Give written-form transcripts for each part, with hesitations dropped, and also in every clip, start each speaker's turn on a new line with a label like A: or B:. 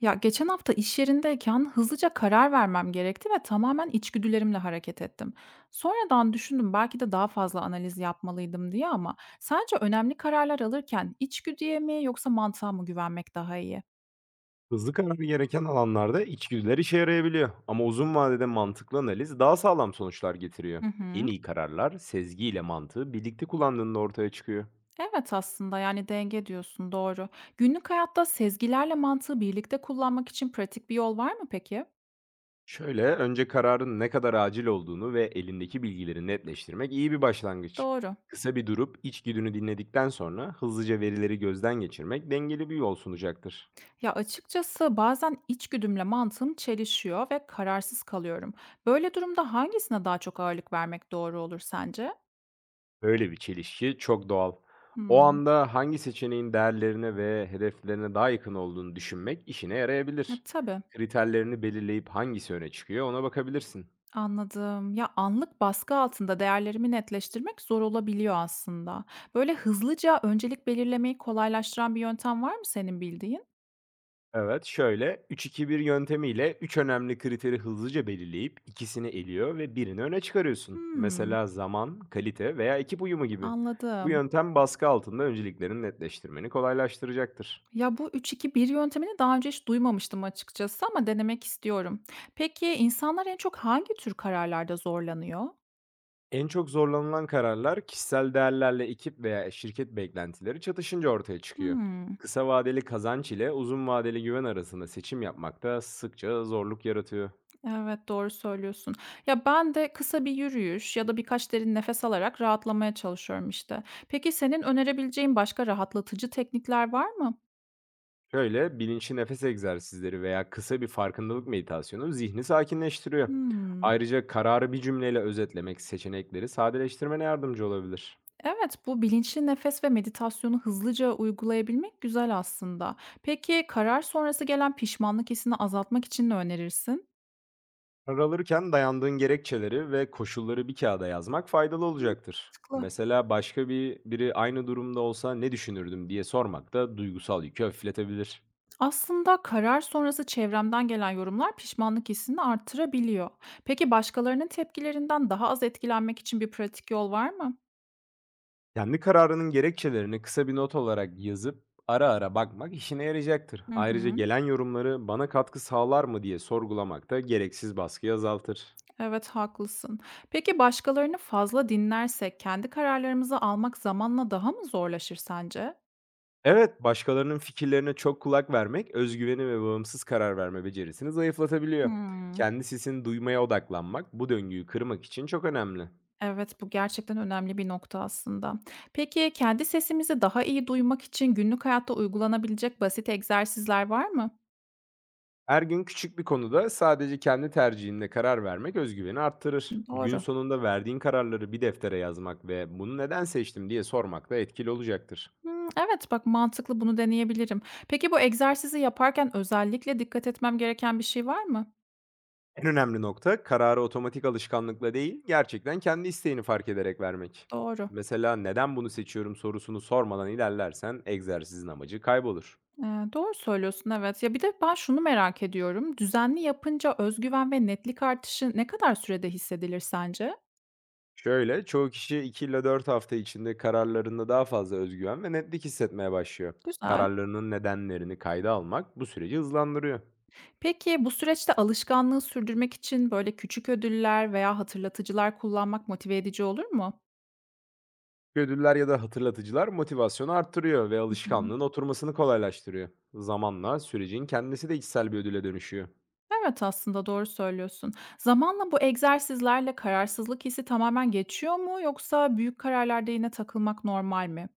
A: Ya geçen hafta iş yerindeyken hızlıca karar vermem gerekti ve tamamen içgüdülerimle hareket ettim. Sonradan düşündüm belki de daha fazla analiz yapmalıydım diye, ama sence önemli kararlar alırken içgüdüye mi yoksa mantığa mı güvenmek daha iyi?
B: Hızlı karar gereken alanlarda içgüdüler işe yarayabiliyor ama uzun vadede mantıklı analiz daha sağlam sonuçlar getiriyor.
A: Hı
B: En
A: hı.
B: iyi kararlar sezgiyle mantığı birlikte kullandığında ortaya çıkıyor.
A: Evet, aslında yani denge diyorsun, doğru. Günlük hayatta sezgilerle mantığı birlikte kullanmak için pratik bir yol var mı peki?
B: Şöyle, önce kararın ne kadar acil olduğunu ve elindeki bilgileri netleştirmek iyi bir başlangıç.
A: Doğru.
B: Kısa bir durup içgüdünü dinledikten sonra hızlıca verileri gözden geçirmek dengeli bir yol sunacaktır.
A: Ya, açıkçası bazen içgüdümle mantığım çelişiyor ve kararsız kalıyorum. Böyle durumda hangisine daha çok ağırlık vermek doğru olur sence?
B: Böyle bir çelişki çok doğal. O
A: Hımm.
B: anda hangi seçeneğin değerlerine ve hedeflerine daha yakın olduğunu düşünmek işine yarayabilir.
A: Tabii,
B: Kriterlerini belirleyip hangisi öne çıkıyor, ona bakabilirsin.
A: anladım. Ya, anlık baskı altında değerlerimi netleştirmek zor olabiliyor aslında. Böyle hızlıca öncelik belirlemeyi kolaylaştıran bir yöntem var mı senin bildiğin?
B: Evet, şöyle 3-2-1 yöntemiyle 3 önemli kriteri hızlıca belirleyip ikisini eliyor ve birini öne çıkarıyorsun.
A: Hımm,
B: Mesela zaman, kalite veya ekip uyumu gibi. Bu
A: anladım.
B: yöntem baskı altında önceliklerini netleştirmeni kolaylaştıracaktır.
A: Ya, bu 3-2-1 yöntemini daha önce hiç duymamıştım açıkçası, ama denemek istiyorum. Peki, insanlar en çok hangi tür kararlarda zorlanıyor?
B: En çok zorlanılan kararlar kişisel değerlerle ekip veya şirket beklentileri çatışınca ortaya çıkıyor.
A: Hmm.
B: Kısa vadeli kazanç ile uzun vadeli güven arasında seçim yapmak da sıkça zorluk yaratıyor.
A: Evet, doğru söylüyorsun. Ya, ben de kısa bir yürüyüş ya da birkaç derin nefes alarak rahatlamaya çalışıyorum işte. Peki senin önerebileceğin başka rahatlatıcı teknikler var mı?
B: Şöyle, bilinçli nefes egzersizleri veya kısa bir farkındalık meditasyonu zihni sakinleştiriyor.
A: Hmm.
B: Ayrıca kararı bir cümleyle özetlemek seçenekleri sadeleştirmene yardımcı olabilir.
A: Evet, bu bilinçli nefes ve meditasyonu hızlıca uygulayabilmek güzel aslında. Peki karar sonrası gelen pişmanlık hissini azaltmak için ne önerirsin?
B: Karar alırken dayandığın gerekçeleri ve koşulları bir kağıda yazmak faydalı
A: Hımm,
B: olacaktır.
A: mantıklı.
B: Mesela, başka bir biri aynı durumda olsa ne düşünürdüm diye sormak da duygusal yükü hafifletebilir.
A: Aslında karar sonrası çevremden gelen yorumlar pişmanlık hissini artırabiliyor. Peki başkalarının tepkilerinden daha az etkilenmek için bir pratik yol var mı?
B: Kendi kararının gerekçelerini kısa bir not olarak yazıp ara ara bakmak işine yarayacaktır.
A: Hı
B: Ayrıca
A: hı,
B: gelen yorumları bana katkı sağlar mı diye sorgulamak da gereksiz baskıyı azaltır.
A: evet, haklısın. Peki başkalarını fazla dinlersek kendi kararlarımızı almak zamanla daha mı zorlaşır sence?
B: Evet, başkalarının fikirlerine çok kulak vermek, özgüveni ve bağımsız karar verme becerisini zayıflatabiliyor.
A: Hmm,
B: Kendi sesini duymaya odaklanmak bu döngüyü kırmak için çok önemli.
A: evet, bu gerçekten önemli bir nokta aslında. Peki kendi sesimizi daha iyi duymak için günlük hayatta uygulanabilecek basit egzersizler var mı?
B: Her gün küçük bir konuda sadece kendi tercihinde karar vermek özgüveni arttırır. Gün
A: Doğru.
B: sonunda verdiğin kararları bir deftere yazmak ve bunu neden seçtim diye sormak da etkili olacaktır.
A: Hımm, evet, bak mantıklı, bunu deneyebilirim. Peki bu egzersizi yaparken özellikle dikkat etmem gereken bir şey var mı?
B: En önemli nokta, kararı otomatik alışkanlıkla değil, gerçekten kendi isteğini fark ederek vermek.
A: Doğru.
B: Mesela, neden bunu seçiyorum sorusunu sormadan ilerlersen egzersizin amacı kaybolur.
A: Eee, doğru söylüyorsun, evet. Ya, bir de ben şunu merak ediyorum, düzenli yapınca özgüven ve netlik artışı ne kadar sürede hissedilir sence?
B: Şöyle, çoğu kişi 2 ile 4 hafta içinde kararlarında daha fazla özgüven ve netlik hissetmeye başlıyor.
A: Güzel.
B: Kararlarının nedenlerini kayda almak bu süreci hızlandırıyor.
A: Peki bu süreçte alışkanlığı sürdürmek için böyle küçük ödüller veya hatırlatıcılar kullanmak motive edici olur mu?
B: Ödüller ya da hatırlatıcılar motivasyonu arttırıyor ve alışkanlığın oturmasını kolaylaştırıyor. Zamanla sürecin kendisi de içsel bir ödüle dönüşüyor.
A: Evet, aslında doğru söylüyorsun. Zamanla bu egzersizlerle kararsızlık hissi tamamen geçiyor mu, yoksa büyük kararlarda yine takılmak normal mi?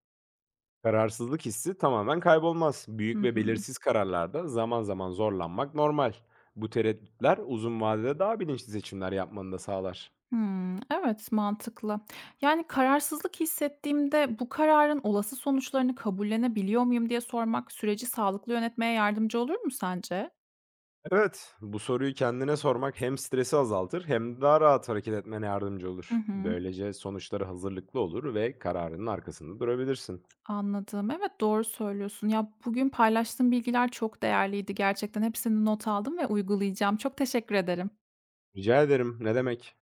B: Kararsızlık hissi tamamen kaybolmaz.
A: Hı
B: Büyük ve
A: hı.
B: belirsiz kararlarda zaman zaman zorlanmak normal. Bu tereddütler uzun vadede daha bilinçli seçimler yapmanı da sağlar.
A: Hımm, evet, mantıklı. Yani kararsızlık hissettiğimde bu kararın olası sonuçlarını kabullenebiliyor muyum diye sormak süreci sağlıklı yönetmeye yardımcı olur mu sence?
B: Evet, bu soruyu kendine sormak hem stresi azaltır hem de daha rahat hareket etmene yardımcı
A: Hı
B: olur.
A: hı.
B: Böylece sonuçlara hazırlıklı olur ve kararının arkasında durabilirsin.
A: Anladım. Evet, doğru söylüyorsun. Ya, bugün paylaştığın bilgiler çok değerliydi gerçekten. Hepsini not aldım ve uygulayacağım. Çok teşekkür ederim.
B: Rica ederim, ne demek?